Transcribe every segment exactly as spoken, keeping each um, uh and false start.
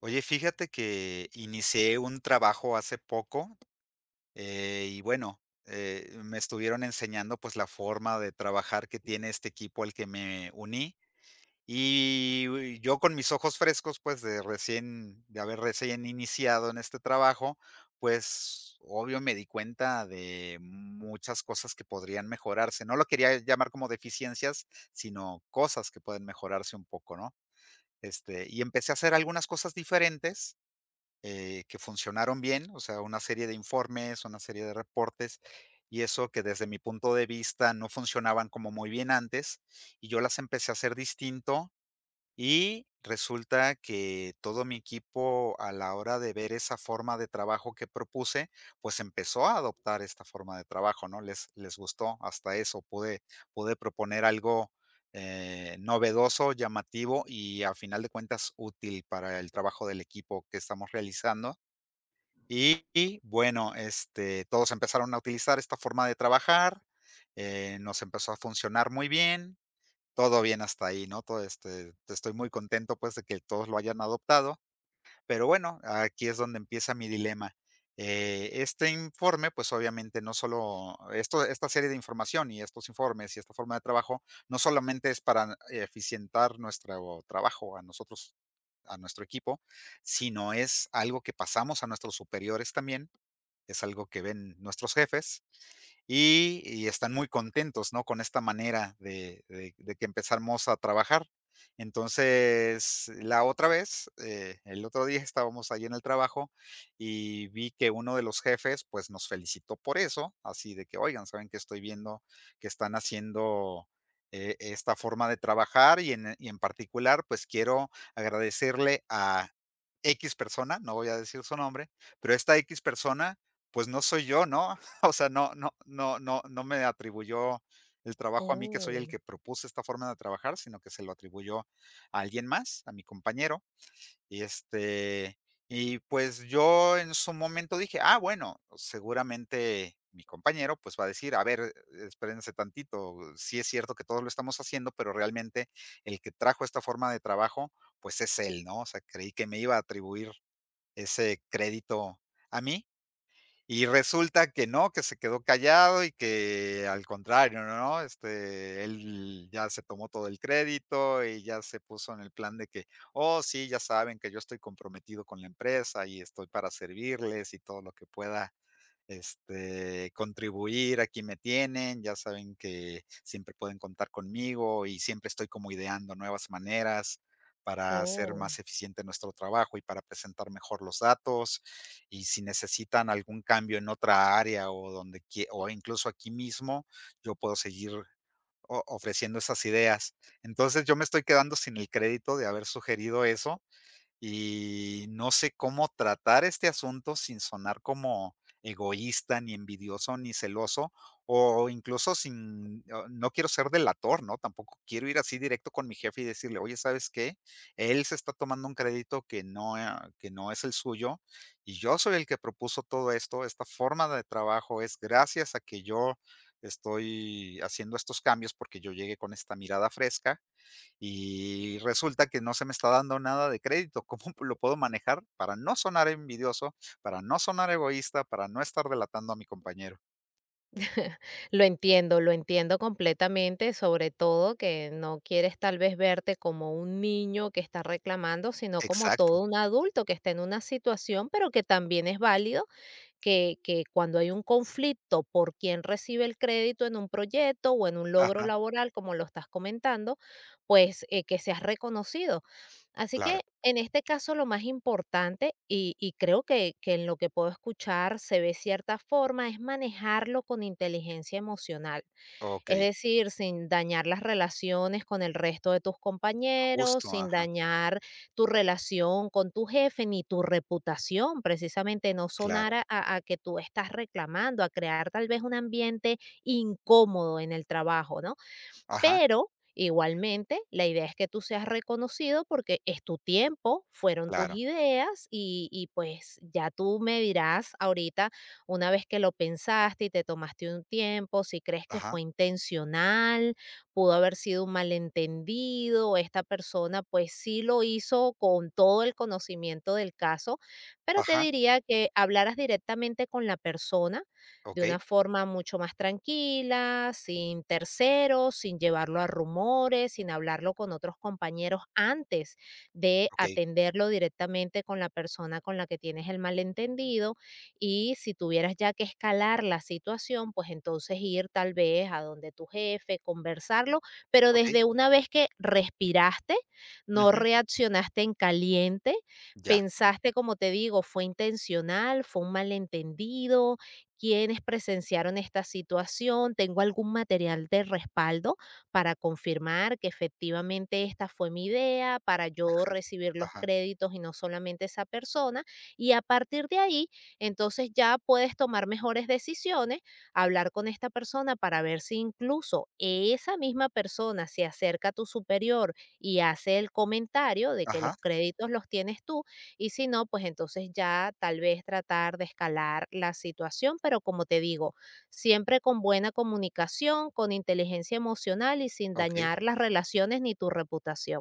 Oye, fíjate que inicié un trabajo hace poco, eh, y bueno, eh, me estuvieron enseñando, pues, la forma de trabajar que tiene este equipo al que me uní, y uy, yo con mis ojos frescos, pues, de recién de haber recién iniciado en este trabajo, pues, obvio me di cuenta de muchas cosas que podrían mejorarse. No lo quería llamar como deficiencias, sino cosas que pueden mejorarse un poco, ¿no? Este, y empecé a hacer algunas cosas diferentes eh, que funcionaron bien, o sea, una serie de informes, una serie de reportes, y eso que desde mi punto de vista no funcionaban como muy bien antes, y yo las empecé a hacer distinto y resulta que todo mi equipo, a la hora de ver esa forma de trabajo que propuse, pues empezó a adoptar esta forma de trabajo, ¿no? Les, les gustó hasta eso. Pude, pude proponer algo eh, novedoso, llamativo y a final de cuentas útil para el trabajo del equipo que estamos realizando. Y, y, bueno, este, todos empezaron a utilizar esta forma de trabajar, eh, nos empezó a funcionar muy bien, todo bien hasta ahí, ¿no? Todo, este, estoy muy contento, pues, de que todos lo hayan adoptado, pero bueno, aquí es donde empieza mi dilema. Eh, este informe, pues, obviamente no solo esto esta serie de información y estos informes y esta forma de trabajo, no solamente es para eficientar nuestro trabajo a nosotros, a nuestro equipo, sino es algo que pasamos a nuestros superiores también, es algo que ven nuestros jefes y y están muy contentos, ¿no? Con esta manera de de de que empezamos a trabajar. Entonces, la otra vez, eh, el otro día estábamos ahí en el trabajo y vi que uno de los jefes, pues, nos felicitó por eso, así de que: "Oigan, ¿saben que Estoy viendo que están haciendo, eh, esta forma de trabajar y en y en particular, pues, quiero agradecerle a X persona", no voy a decir su nombre, pero esta X persona, pues, no soy yo, ¿no? O sea, no no no no no me atribuyó el trabajo a mí, que soy el Oh, que propuse esta forma de trabajar, sino que se lo atribuyó a alguien más, a mi compañero. Y, este, y pues yo en su momento dije: "Ah, bueno, seguramente mi compañero, pues, va a decir, a ver, espérense tantito, sí es cierto que todos lo estamos haciendo, pero realmente el que trajo esta forma de trabajo, pues es él", ¿no? O sea, creí que me iba a atribuir ese crédito a mí. Y resulta que no, que se quedó callado y que al contrario, ¿no? Este, él ya se tomó todo el crédito y ya se puso en el plan de que, oh, sí, ya saben que yo estoy comprometido con la empresa y estoy para servirles y todo lo que pueda este, contribuir, aquí me tienen, ya saben que siempre pueden contar conmigo y siempre estoy como ideando nuevas maneras para hacer oh. más eficiente nuestro trabajo y para presentar mejor los datos. Y si necesitan algún cambio en otra área o donde quie- o incluso aquí mismo, yo puedo seguir o- ofreciendo esas ideas. Entonces yo me estoy quedando sin el crédito de haber sugerido eso y no sé cómo tratar este asunto sin sonar como egoísta, ni envidioso, ni celoso, o incluso sin, o no quiero ser delator, ¿no? Tampoco quiero ir así directo con mi jefe y decirle, oye, ¿sabes qué? Él se está tomando un crédito que no, eh, que no es el suyo y yo soy el que propuso todo esto. Esta forma de trabajo es gracias a que yo estoy haciendo estos cambios porque yo llegué con esta mirada fresca y resulta que no se me está dando nada de crédito. ¿Cómo lo puedo manejar para no sonar envidioso, para no sonar egoísta, para no estar delatando a mi compañero? Lo entiendo, lo entiendo completamente, sobre todo que no quieres tal vez verte como un niño que está reclamando, sino como Exacto. todo un adulto que está en una situación, pero que también es válido que, que cuando hay un conflicto por quién recibe el crédito en un proyecto o en un logro Ajá, laboral, como lo estás comentando, pues eh, que seas reconocido. Así claro. que en este caso lo más importante, y, y creo que, que en lo que puedo escuchar se ve cierta forma, es manejarlo con inteligencia emocional. Es Okey, decir, sin dañar las relaciones con el resto de tus compañeros, justo, sin ajá, dañar tu relación con tu jefe ni tu reputación, precisamente no claro, sonar a, a- a que tú estás reclamando, a crear tal vez un ambiente incómodo en el trabajo, ¿no? ajá, Pero igualmente, la idea es que tú seas reconocido porque es tu tiempo, fueron tus claro, ideas y, y pues ya tú me dirás ahorita, una vez que lo pensaste y te tomaste un tiempo, si crees que ajá, fue intencional, pudo haber sido un malentendido, esta persona pues sí lo hizo con todo el conocimiento del caso, pero te ajá, diría que hablaras directamente con la persona de una okey, forma mucho más tranquila, sin terceros, sin llevarlo a rumores, sin hablarlo con otros compañeros antes de okey, atenderlo directamente con la persona con la que tienes el malentendido. Y si tuvieras ya que escalar la situación, pues entonces ir tal vez a donde tu jefe, conversarlo, pero okey, desde una vez que respiraste, no ujú, reaccionaste en caliente, ya, pensaste, como te digo, fue intencional, fue un malentendido, quienes presenciaron esta situación, tengo algún material de respaldo para confirmar que efectivamente esta fue mi idea, para yo recibir los ajá, créditos y no solamente esa persona. Y a partir de ahí, entonces ya puedes tomar mejores decisiones, hablar con esta persona para ver si incluso esa misma persona se acerca a tu superior y hace el comentario de que los ajá, créditos los tienes tú y si no, pues entonces ya tal vez tratar de escalar la situación, pero como te digo, siempre con buena comunicación, con inteligencia emocional y sin okey. dañar las relaciones ni tu reputación.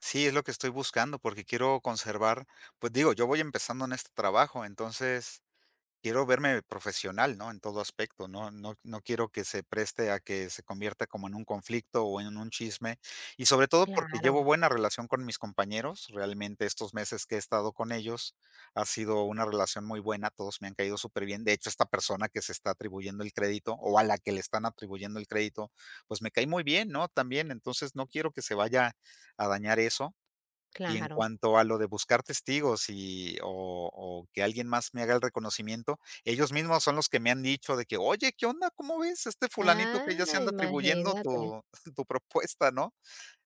Sí, es lo que estoy buscando, porque quiero conservar, pues, digo, yo voy empezando en este trabajo, entonces quiero verme profesional, ¿no? En todo aspecto, no no no quiero que se preste a que se convierta como en un conflicto o en un chisme, y sobre todo porque llevo Claro, buena relación con mis compañeros, realmente estos meses que he estado con ellos ha sido una relación muy buena, todos me han caído súper bien. De hecho, esta persona que se está atribuyendo el crédito o a la que le están atribuyendo el crédito, pues me cae muy bien, ¿no? También, entonces no quiero que se vaya a dañar eso. Y en claro. cuanto a lo de buscar testigos y o o que alguien más me haga el reconocimiento, ellos mismos son los que me han dicho de que: "Oye, ¿qué onda? ¿Cómo ves? Este fulanito que ya se Ah, anda atribuyendo imagínate. tu tu propuesta", ¿no?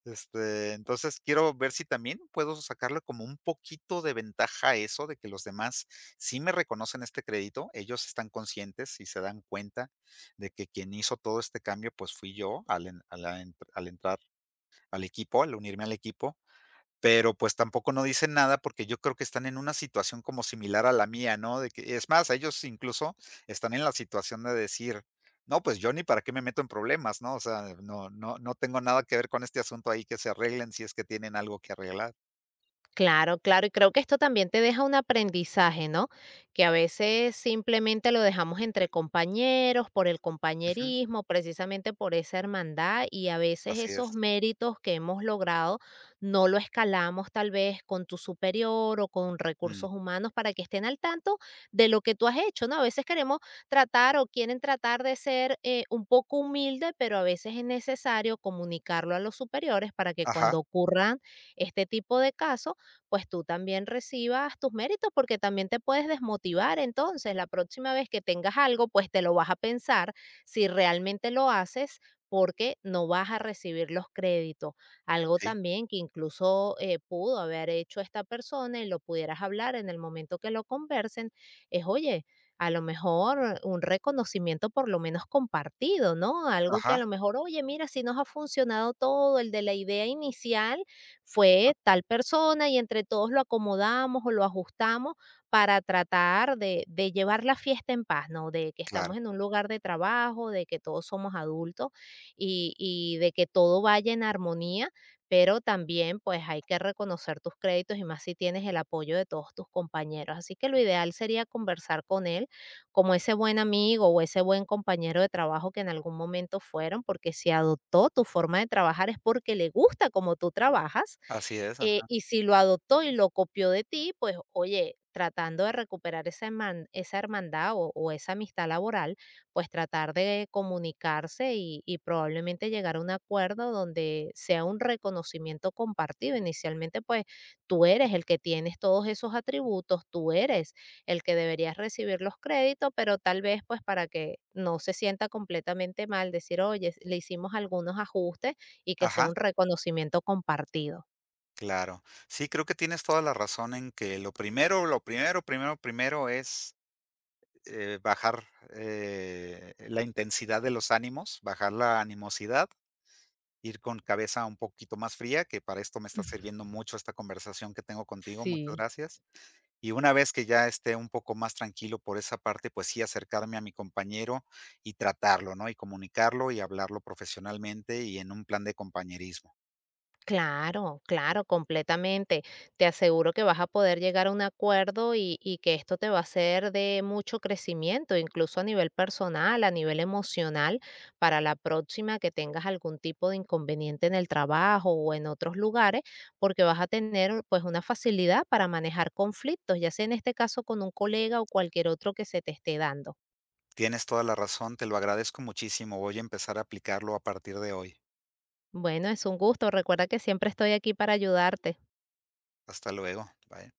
Este, entonces, quiero ver si también puedo sacarle como un poquito de ventaja a eso, de que los demás sí me reconocen este crédito. Ellos están conscientes y se dan cuenta de que quien hizo todo este cambio, pues, fui yo al en a la entr al entrar al equipo, al unirme al equipo. Pero, pues, tampoco no dicen nada, porque yo creo que están en una situación como similar a la mía, ¿no? De que es más, ellos incluso están en la situación de decir: "No, pues, yo ni para qué me meto en problemas", ¿no? O sea, no no no tengo nada que ver con este asunto ahí, que se arreglen si es que tienen algo que arreglar. Claro, claro, y creo que esto también te deja un aprendizaje, ¿no? Que a veces simplemente lo dejamos entre compañeros, por el Ujú, compañerismo, precisamente por esa hermandad, y a veces así esos es. méritos que hemos logrado no lo escalamos tal vez con tu superior o con Mm, recursos humanos para que estén al tanto de lo que tú has hecho, ¿no? A veces queremos tratar o quieren tratar de ser eh, un poco humilde, pero a veces es necesario comunicarlo a los superiores para que ajá, cuando ocurran este tipo de casos, pues tú también recibas tus méritos, porque también te puedes desmotivar. Entonces, la próxima vez que tengas algo, pues te lo vas a pensar si realmente lo haces porque no vas a recibir los créditos. Algo sí, también que incluso eh, pudo haber hecho esta persona y lo pudieras hablar en el momento que lo conversen, es, oye, a lo mejor un reconocimiento por lo menos compartido, ¿no? Algo que a ajá, lo mejor, oye, mira, si nos ha funcionado todo, el de la idea inicial, fue tal persona y entre todos lo acomodamos o lo ajustamos para tratar de, de llevar la fiesta en paz, ¿no? De que estamos claro, en un lugar de trabajo, de que todos somos adultos y, y de que todo vaya en armonía, pero también pues hay que reconocer tus créditos y más si tienes el apoyo de todos tus compañeros. Así que lo ideal sería conversar con él como ese buen amigo o ese buen compañero de trabajo que en algún momento fueron, porque si adoptó tu forma de trabajar es porque le gusta como tú trabajas, así es, eh, ajá, y si lo adoptó y lo copió de ti, pues oye, tratando de recuperar esa, herman- esa hermandad o, o esa amistad laboral, pues tratar de comunicarse y, y probablemente llegar a un acuerdo donde sea un reconocimiento compartido. Inicialmente, pues tú eres el que tienes todos esos atributos, tú eres el que debería recibir los créditos, pero tal vez pues para que no se sienta completamente mal, decir, oye, le hicimos algunos ajustes y que sea ajá, un reconocimiento compartido. claro. Sí, creo que tienes toda la razón en que lo primero, lo primero, primero, primero es Eh, bajar, eh, la intensidad de los ánimos, bajar la animosidad, ir con cabeza un poquito más fría, que para esto me está sirviendo mucho esta conversación que tengo contigo, muchas Sí. gracias. Y una vez que ya esté un poco más tranquilo por esa parte, pues sí, acercarme a mi compañero y tratarlo, ¿no? Y comunicarlo y hablarlo profesionalmente y en un plan de compañerismo. Claro, claro, completamente. Te aseguro que vas a poder llegar a un acuerdo y, y que esto te va a ser de mucho crecimiento, incluso a nivel personal, a nivel emocional, para la próxima que tengas algún tipo de inconveniente en el trabajo o en otros lugares, porque vas a tener pues una facilidad para manejar conflictos, ya sea en este caso con un colega o cualquier otro que se te esté dando. Tienes toda la razón, te lo agradezco muchísimo. Voy a empezar a aplicarlo a partir de hoy. Bueno, es un gusto. Recuerda que siempre estoy aquí para ayudarte. Hasta luego. Bye.